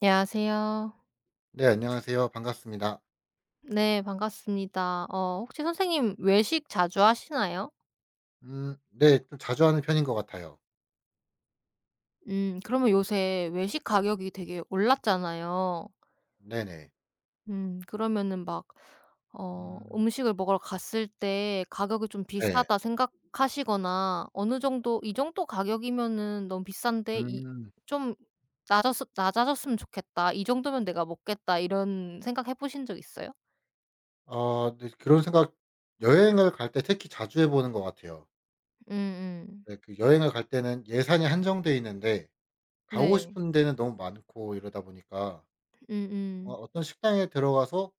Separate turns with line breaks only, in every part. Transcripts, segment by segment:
안녕하세요.
네, 안녕하세요. 반갑습니다.
네 반갑습니다. 혹시 선생님 외식 자주 하시나요?
음, 네, 좀 자주 하는 편인 것 같아요.
그러면 요새 외식 가격이 되게 올랐잖아요.
네네.
그러면은 막
음.
음식을 먹으러 갔을 때 가격이 좀
네.
비싸다 생각하시거나 어느 정도 '이 정도 가격이면은 너무 비싼데 이
음.
좀 낮았 낮아졌으면 좋겠다. 이 정도면 내가 먹겠다.' 이런 생각해 보신 적 있어요?
네, 그런 생각 여행을 갈 때 특히 자주 해 보는 것 같아요.
음음.
네, 그 여행을 갈 때는 예산이 한정돼 있는데 가고
네.
싶은 데는 너무 많고 이러다 보니까
음음.
어떤 식당에 들어가서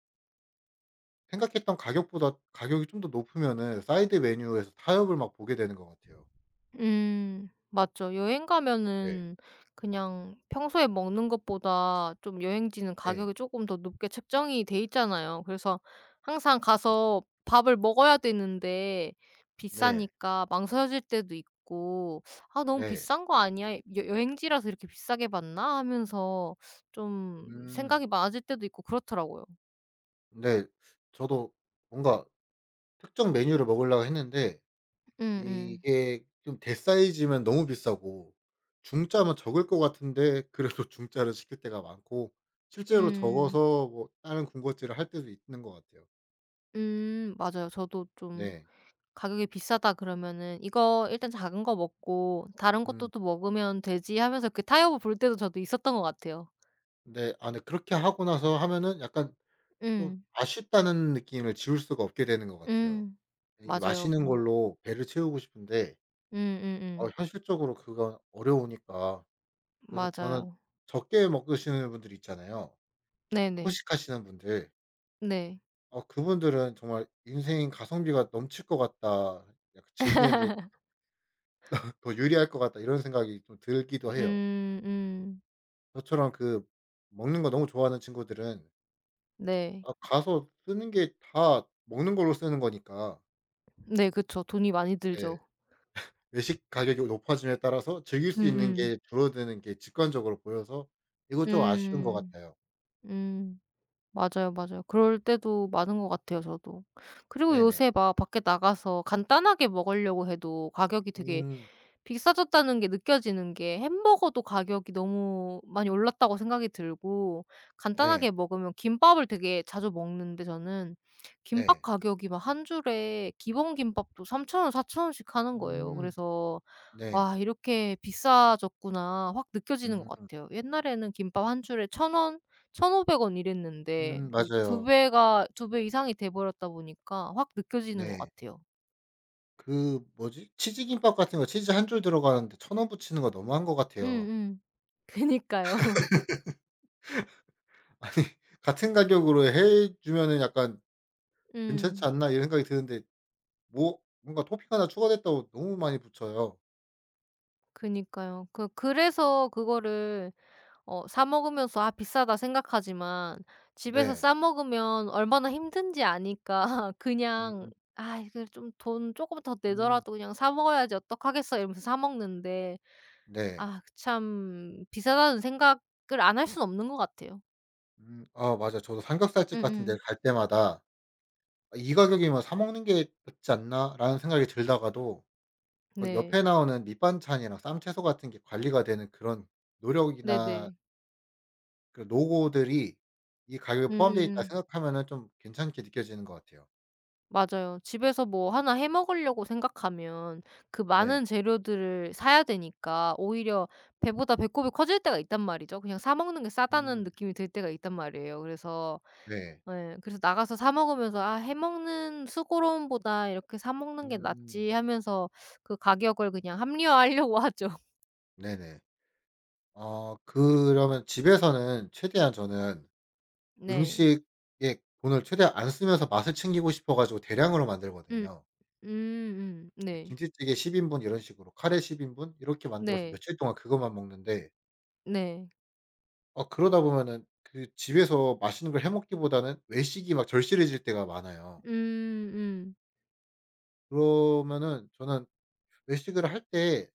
생각했던 가격보다 가격이 좀 더 높으면은 사이드 메뉴에서 타협을 막 보게 되는 것 같아요.
음. 맞죠. 여행
네.
가면은 그냥 평소에 먹는 것보다 좀 여행지는
네
가격이 조금 더 높게 책정이 돼 있잖아요. 그래서 항상 가서 밥을 먹어야 되는데
네.
비싸니까 망설여질 때도 있고 '아 너무
네.
비싼 거 아니야? 여 여행지라서 이렇게 비싸게 받나?' 하면서 좀
음.
생각이 많아질 때도 있고 그렇더라고요.
네. 저도 뭔가 특정 메뉴를 먹으려고 했는데
음음.
이게 좀 대사이즈면 너무 비싸고 중짜면 적을 것 같은데 그래도 중짜를 시킬 때가 많고 실제로
음.
적어서 뭐 다른 군것질을 할 때도 있는 것 같아요.
맞아요. 저도 좀
네.
가격이 비싸다 그러면은 '이거 일단 작은 거 먹고 다른 것도
음.
또 먹으면 되지.' 하면서 그 타협을 볼 때도 저도 있었던 것 같아요.
네. 아 네, 그렇게 하고 나서 하면은 약간 좀
음.
아쉽다는 느낌을 지울 수가 없게 되는 것 같아요.
음.
이
맞아요.
맛있는
음.
걸로 배를 채우고 싶은데
음음음.
현실적으로 그건 어려우니까 그래서 저는
맞아요.
적게 먹 드시는 분들 있잖아요.
네네.
소식하시는 분들.
네.
그분들은 정말 '인생 가성비가 넘칠 것 같다. 약간 즐기는데 더 유리할 것 같다.' 이런 생각이 좀 들기도 해요.
음 음.
저처럼 그 먹는 거 너무 좋아하는 친구들은
네.
아, 가서 쓰는 게 다 먹는 걸로 쓰는 거니까
네 그쵸. 돈이 많이
네,
들죠.
외식 가격이 높아짐에 따라서 즐길 수 있는
음음.
게 줄어드는 게 직관적으로 보여서 이거 좀 아쉬운 것
음.
같아요.
음. 맞아요, 맞아요. 그럴 때도 많은 것 같아요 저도. 그리고
네네.
요새 막 밖에 나가서 간단하게 먹으려고 해도 가격이 되게
음.
비싸졌다는 게 느껴지는 게 햄버거도 가격이 너무 많이 올랐다고 생각이 들고
네.
간단하게 먹으면 김밥을 되게 자주 먹는데 저는 김밥
네.
가격이 막 한 줄에 기본 김밥도 3,000 원, 4,000 씩 하는 거예요.
음.
그래서
네.
'와 이렇게 비싸졌구나.' 확 느껴지는 것
음.
같아요. 옛날에는 김밥 한 줄에 1,000 원, 1,500원 이랬는데
음,
거의 두
맞아요.
배가 두 배 이상이 돼 버렸다 보니까 확 느껴지는 것
네.
같아요.
그 뭐지? 치즈김밥 같은 거 치즈 한 줄 들어가는데 천 원 붙이는 거 너무한 것 같아요.
음음. 그니까요.
아니 같은 가격으로 해 주면은 약간 '괜찮지
음.
않나?' 이런 생각이 드는데 뭔가 토핑 하나 추가됐다고 너무 많이 붙여요.
그니까요. 그래서 그거를 사 먹으면서 '아 비싸다.' 생각하지만 집에서
네.
싸 먹으면 얼마나 힘든지 아니까 그냥
음
'아 이거 좀 돈 쪼끔 더
음
내더라도 그냥 사 먹어야지 어떡하겠어.' 이러면서 사 먹는데
네.
아 그 참 비싸다는 생각을 안 할 수는 없는 것 같아요.
아 맞아, 저도 삼겹살집 같은 데
음음.
갈 때마다 '아 이 가격이면 사 먹는 게 낫지 않나?'라는 생각이 들다가도 그 옆에
네.
나오는 밑반찬이랑 쌈채소 같은 게 관리가 되는 그런 노력이나
네네.
그 노고들이 이 가격에 포함되어 있다
음음음.
생각하면은 좀 괜찮게 느껴지는 것 같아요.
맞아요. 집에서 뭐 하나 해 먹으려고 생각하면 그
네.
많은 재료들을 사야 되니까 오히려 배보다 배꼽이 커질 때가 있단 말이죠. 그냥 사 먹는 게 싸다는
음.
느낌이 들 때가 있단 말이에요. 그래서
네.
예 그래서 나가서 사 먹으면서 '아 해 먹는 수고로움보다 이렇게 사 먹는 게
음.
낫지.' 하면서 그 가격을 그냥 합리화하려고 하죠.
네네. 그러면 집에서는 최대한 저는
네.
음식에 돈을 최대한 안 쓰면서 맛을 챙기고 싶어 가지고 대량으로
음.
만들거든요.
음음. 네.
김치찌개 10 인분 이런 식으로 카레 10 인분 이렇게 만들어서
네.
며칠 동안 그것만 먹는데
네.
그러다 보면은 그 집에서 맛있는 걸 해 먹기보다는 외식이 막 절실해질 때가 많아요.
음 음.
그러면은 저는 외식을 할 때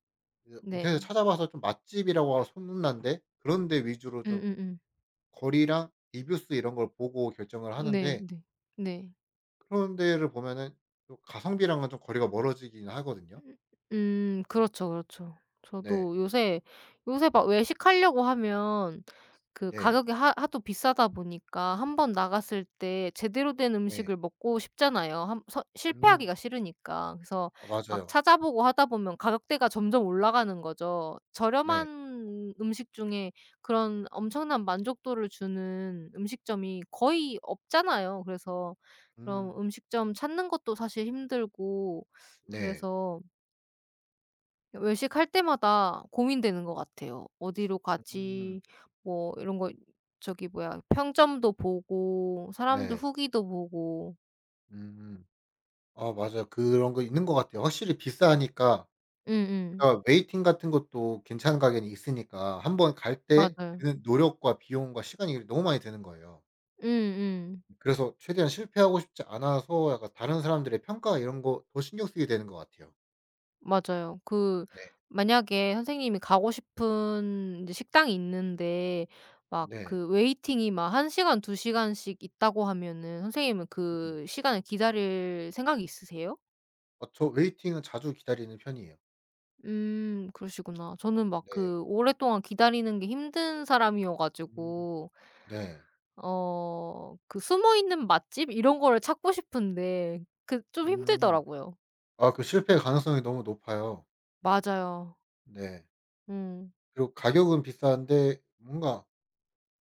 그 인터넷에
네.
찾아봐서 좀 맛집이라고 소문난데 그런 데 위주로 좀
음음음.
거리랑 리뷰 수 이런 걸 보고 결정을
네
하는데
네. 네.
그런 데를 보면은 또 가성비랑은 좀 거리가 멀어지긴 하거든요.
그렇죠, 그렇죠.
네.
저도 요새 막 외식하려고 하면 그
네.
가격이 하 하도 비싸다 보니까 한 번 나갔을 때 제대로 된
네.
음식을 먹고 싶잖아요. 한, 서
음.
실패하기가 싫으니까. 그래서 막
맞아요.
찾아보고 하다 보면 가격대가 점점 올라가는 거죠.
네.
저렴한 음식 중에 그런 엄청난 만족도를 주는 음식점이 거의 없잖아요. 그래서 그럼
음.
음식점 찾는 것도 사실 힘들고
네.
그래서 외식할 때마다 고민되는 것 같아요. '어디로
음.
가지?' 뭐 이런 거 저기 뭐야 평점도 보고 사람들
네.
후기도 보고.
음. 아 맞아요. 그런 거 있는 것 같아요. 확실히 비싸니까
응응.
그러니까 웨이팅 같은 것도 괜찮은 가격이 있으니까 한 번 갈 때
맞아요.
드는 노력과 비용과 시간이 너무 많이 드는 거예요.
응응.
그래서 최대한 실패하고 싶지 않아서 약간 다른 사람들의 평가 이런 거 더 신경 쓰게 되는 것 같아요.
맞아요. 그
네.
만약에 선생님이 가고 싶은 제 식당이 있는데 막
네.
그 웨이팅이 막 한 시간 두 시간씩 있다고 하면은 선생님은
음.
그 시간을 기다릴 생각이 있으세요?
저 웨이팅은 자주 기다리는 편이에요.
그러시구나. 저는 막
네.
그 오랫동안 기다리는 게 힘든 사람이어
음.
가지고
네.
그 숨어 있는 맛집 이런 거를 찾고 싶은데 그 좀
음.
힘들더라고요.
아 그 실패 가능성이 너무 높아요.
맞아요.
네.
음
그리고 가격은 비싼데 뭔가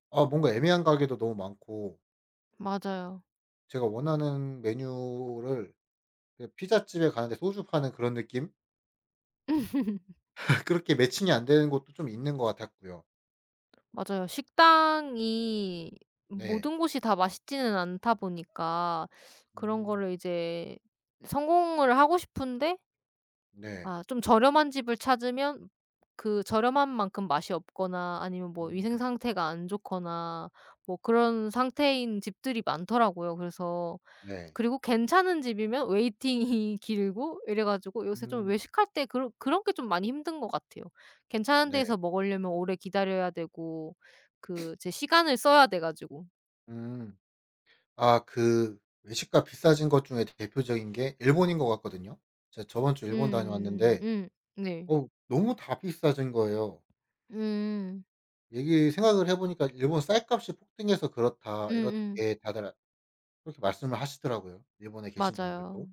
뭔가 애매한 가게도 너무 많고
맞아요.
제가 원하는 메뉴를 그 피자집에 가는데 소주 파는 그런 느낌? 그렇게 매칭이 안 되는 곳도 좀 있는 것 같았고요.
맞아요. 식당이
네.
모든 곳이 다 맛있지는 않다 보니까 그런
음.
거를 이제 성공을 하고 싶은데
네.
아 좀 저렴한 집을 찾으면 그 저렴한 만큼 맛이 없거나 아니면 뭐 위생
음.
상태가 안 좋거나 뭐 그런 상태인 집들이 많더라고요. 그래서
네.
그리고 괜찮은 집이면 웨이팅이 길고 이래 가지고 요새 좀
음.
외식할 때 그런 게 좀 많이 힘든 것 같아요. 괜찮은
네.
데에서 먹으려면 오래 기다려야 되고 그 제 시간을 써야 돼 가지고.
음. 아 그 외식가 비싸진 것 중에 대표적인 게 일본인 것 같거든요. 제가 저번 주 일본
음.
다녀왔는데
음. 네.
너무 다 비싸진 거예요.
음.
얘기 생각을 해 보니까 "일본 쌀값이 폭등해서 그렇다."
음음.
이렇게 다들 그렇게 말씀을 하시더라고요, 일본에 계신 분들도.
맞아요.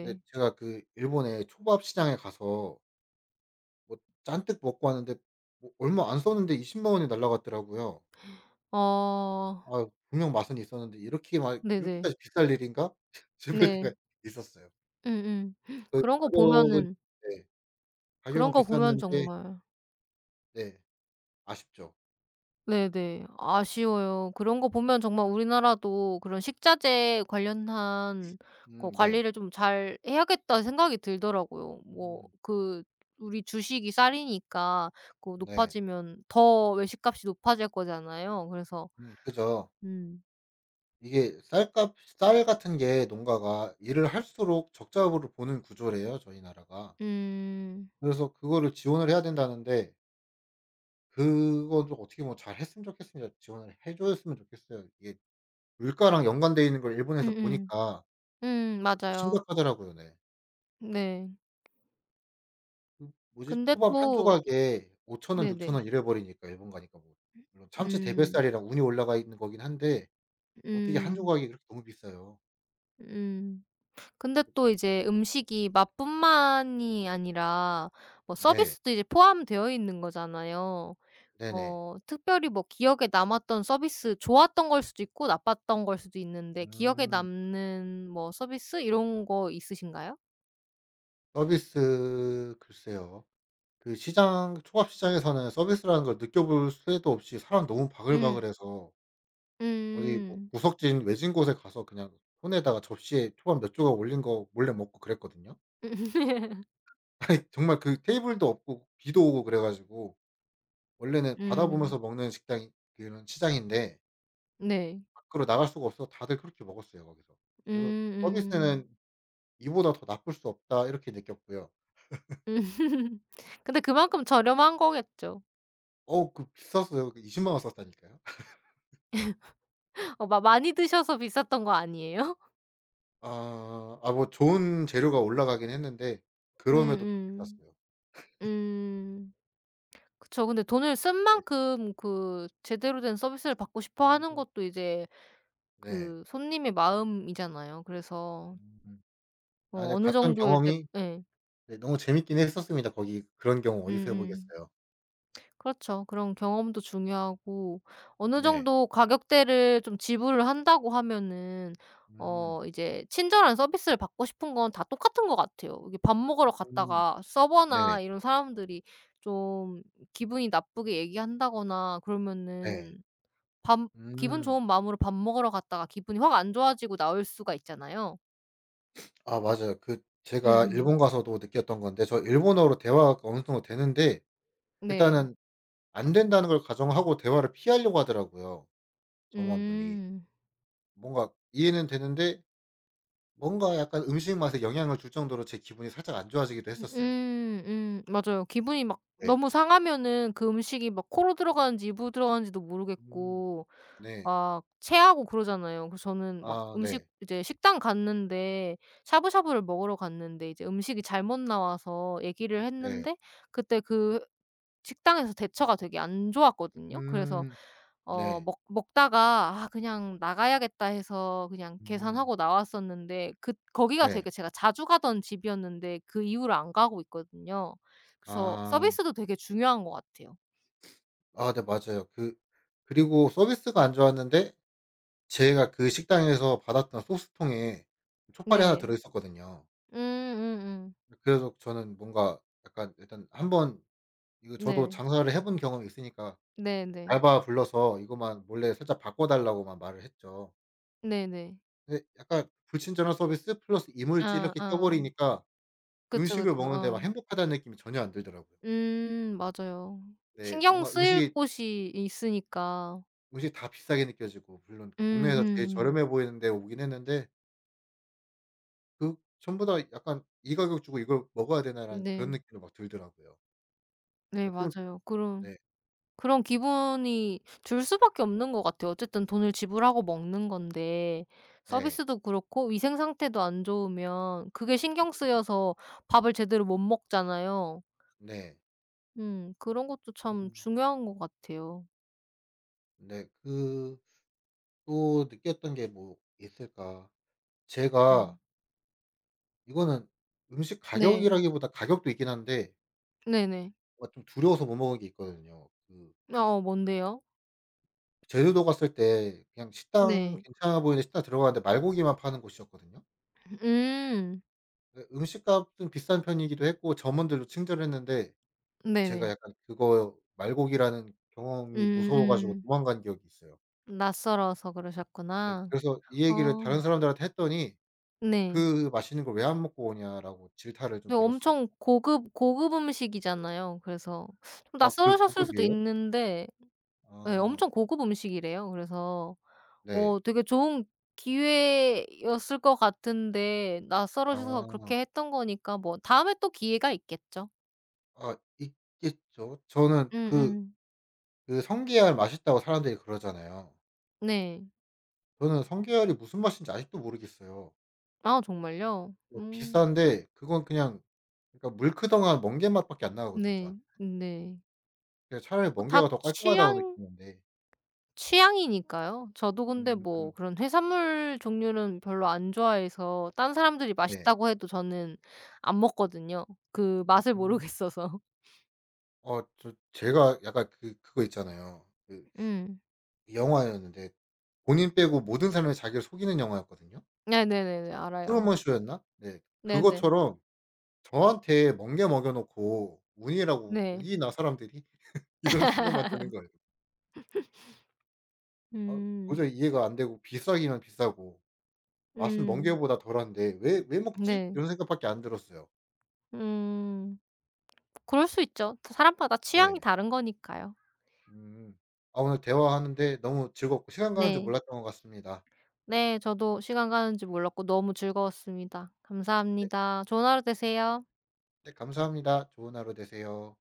근데 제가 그 일본의 초밥 시장에 가서 뭐 잔뜩 먹고 왔는데 뭐 얼마 안 썼는데 2 0만 원이 날아갔더라고요.
어.
'아 분명 맛은 있었는데 이렇게 막
네네.
이렇게까지 비쌀 일인가?' 싶을
네.
때가 있었어요.
음음.
그
그런 거
가격은
보면은
네.
그런
가격은
거 보면
비쌌는데
정말
네. 아쉽죠.
네네. 아쉬워요. 그런 거 보면 정말 우리나라도 그런 식자재 관련한 거
네.
관리를 좀 잘 해야겠다 생각이 들더라고요. 뭐
음
그 우리 주식이 쌀이니까 그
네.
높아지면 더 외식값이 높아질 거잖아요. 그래서
그죠.
음.
이게 쌀값 쌀 같은 게 농가가 일을 할수록 적자업으로 보는 구조래요, 저희 나라가.
음.
그래서 그거를 지원을 해야 된다는데 그거를 어떻게 뭐 잘 했으면 좋겠습니다. 지원을 해 줬으면 좋겠어요. 이게 물가랑 연관되어 있는 걸 일본에서
음음.
보니까 그걸 또
맞아요.
하더라고요 네.
네.
그 뭐지?
근데
초밥 한
또
조각에 5천 원, 6천
네네.
원 이래 버리니까 일본 가니까 뭐. 물론 참치
음.
대뱃살이랑 운이 올라가 있는 거긴 한데 어떻게 한
음.
조각이 그렇게 너무 비싸요.
음. 근데 또 이제 음식이 맛뿐만이 아니라 뭐
네.
서비스도 이제 포함되어 있는 거잖아요.
네네.
특별히 뭐 기억에 남았던 서비스 좋았던 걸 수도 있고 나빴던 걸 수도 있는데 기억에
음.
남는 뭐 서비스 이런 거 있으신가요?
서비스 글쎄요. 그 시장 초밥 시장에서는 서비스라는 걸 느껴볼 새도 없이 사람 너무
음.
바글바글해서 어디 뭐
음.
구석진 외진 곳에 가서 그냥 손에다가 접시에 초밥 몇 조각 올린 거 몰래 먹고 그랬거든요. 아니 정말 그 테이블도 없고 비도 오고 그래 가지고 원래는 바다
음.
보면서 먹는 식당이 그런 시장인데
네.
밖으로 나갈 수가 없어서 다들 그렇게 먹었어요 거기서. 그래서
음음. 음.
서비스는 이보다 더 나쁠 수 없다 이렇게 느꼈고요.
음. 근데 그만큼 저렴한 거겠죠.
어우 그 비쌌어요. 그 20만 원 썼다니까요.
어 마 많이 드셔서 비쌌던 거 아니에요?
뭐 좋은 재료가 올라가긴 했는데 그럼에도 좀
음음.
비쌌어요.
음. 음. 그쵸. 근데 돈을 쓴
네.
만큼 그 제대로 된 서비스를 받고 싶어 하는
음.
것도 이제
네.
그 손님의 마음이잖아요. 그래서
음. 아
뭐
네
어느
갔던
정도 이제
경험이
예.
네 너무 재밌긴 했었습니다. 거기 그런 경우 어디서 해
음음.
보겠어요.
그렇죠. 그런 경험도 중요하고 어느
네.
정도 가격대를 좀 지불을 한다고 하면은
음.
이제 친절한 서비스를 받고 싶은 건 다 똑같은 것 같아요. 이게 밥 먹으러
음.
갔다가
네.
서버나 이런 사람들이 좀 기분이 나쁘게 얘기한다거나
네.
그러면은 밥 기분
음.
좋은 마음으로 밥 먹으러 갔다가 기분이 확 안 좋아지고 나올 수가 있잖아요.
아 맞아요. 그 제가
음음.
일본 가서도 느꼈던 건데 저 일본어로 대화가 어느 정도 되는데
네.
일단은 안 된다는 걸 가정하고 대화를 피하려고 하더라고요, 점원분이.
음.
뭔가 이해는 되는데 뭔가 약간 음식 맛에 영향을 줄 정도로 제 기분이 살짝 안 좋아지기도 했었어요.
음 맞아요. 기분이 막
네.
너무 상하면은 그 음식이 막 코로 들어가는지 입으로 들어가는지도
음.
모르겠고
네.
막 체하고 그러잖아요. 그래서 저는 막
아
음식
네.
이제 식당 갔는데 샤브샤브를 먹으러 갔는데 이제 음식이 잘못 나와서 얘기를
네.
했는데 그때 그 식당에서 대처가 되게 안 좋았거든요. 그래서
음.
어
네.
먹 먹다가 '아 그냥 나가야겠다.' 해서 그냥
음.
계산하고 나왔었는데 그 거기가
네.
되게 제가 자주 가던 집이었는데 그 이후로 안 가고 있거든요. 그래서
아.
서비스도 되게 중요한 것 같아요.
아 네 맞아요. 그 그리고 서비스가 안 좋았는데 제가 그 식당에서 받았던 소스통에 초파리 나 들어
네.
있었거든요.
음음음.
그래서 저는 뭔가 약간 일단 한번 이거 저도
네.
장사를 해본 경험이 있으니까
네네.
알바 불러서 이것만 몰래 살짝 바꿔 달라고만 말을 했죠.
네네.
근데 약간 불친절한 서비스 플러스 이물질 이렇게 껴
아아.
버리니까
그쵸,
음식을
그쵸.
먹는데 막
어.
행복하다는 느낌이 전혀 안 들더라고요.
맞아요.
네.
신경
뭔가
쓰일
음식이
곳이 있으니까.
음식이 다 비싸게 느껴지고 물론
음 음
동네에서 제일
음.
저렴해 보이는 데 오긴 했는데 그 전부 다 약간 '이 가격 주고 이걸 먹어야 되나.'라는 그런
네.
느낌도 막 들더라고요.
네
네 좀
맞아요. 그런
네.
그런 기분이 들 수밖에 없는 것 같아요. 어쨌든 돈을 지불하고 먹는 건데
네.
서비스도 그렇고 위생 상태도 안 좋으면 그게 신경
음.
쓰여서 밥을 제대로 못 먹잖아요.
네.
그런 것도 참
음
중요한 것 같아요.
네. 그 또 느꼈던 게 뭐 있을까? 제가
음.
이거는 음식
네.
가격이라기보다 가격도 있긴 한데
네네.
뭔가 좀 두려워서 못 먹은 게 있거든요. 그
어 뭔데요?
제주도 갔을 때 그냥 식당
네.
괜찮아 보이는 식당 들어갔는데 말고기만 파는 곳이었거든요.
음.
네 음식값은 비싼 편이기도 했고 점원들도 친절했는데 제가
네네.
약간 그거 말고기라는 경험이 무서워 가지고
음음.
도망간 기억이 있어요.
낯설어서
예
그러셨구나.
그래서 이 얘기를
어
다른 사람들한테 했더니
네.
"그 맛있는 걸 왜 안 먹고 오냐."라고 질타를 좀
근데
들었어요.
엄청 고급 고급 음식이잖아요. 그래서 좀
아 그
낯설으셨을 수도
고급이에요?
있는데 예
아
엄청 고급 음식이래요. 그래서
네.
되게 좋은 기회였을 것 같은데 낯설으셔서
아.
그렇게 했던 거니까 뭐 다음에 또 기회가 있겠죠.
아 있겠죠. 저는 그
음음.
그 성게알 맛있다고 사람들이 그러잖아요.
네.
저는 성게알이 무슨 맛인지 아직도 모르겠어요.
아 정말요?
네
음.
비싼데 그건 그냥 그러니까 물크덩한 멍게 맛밖에 안 나거든요
네.
저한테.
네.
그냥 차라리
다
멍게가 더 깔끔하다고
취향
느끼는데.
취향이니까요. 저도 근데 뭐
음.
그런 해산물 종류는 별로 안 좋아해서 딴 사람들이
네.
맛있다고 해도 저는 안 먹거든요. 그 맛을
음.
모르겠어서.
저 제가 약간 그 그거 있잖아요. 그
음.
영화였는데 본인 빼고 모든 사람이 자기를 속이는 영화였거든요.
네네네네. 알아요.
트루먼 쇼였나? 네.
네네.
그것처럼 저한테 멍게 먹여 놓고 운이라고
네.
'우기나 사람들이?' 이런 생각만 드는 거예요. 아
음.
도저히 이해가 안 되고 비싸기만 비싸고 맛은
음.
멍게보다 덜한데 '왜 먹지?'
네.
이런 생각밖에 안 들었어요.
음. 그럴 수 있죠. 사람마다 취향이
네.
다른 거니까요.
음. 아 오늘 대화하는데 너무 즐겁고 시간 가는 줄
네.
몰랐던 것 같습니다.
네. 저도 시간 가는 줄 몰랐고 너무 즐거웠습니다.
네.
감사합니다. 좋은 하루 되세요.
네, 감사합니다. 좋은 하루 되세요.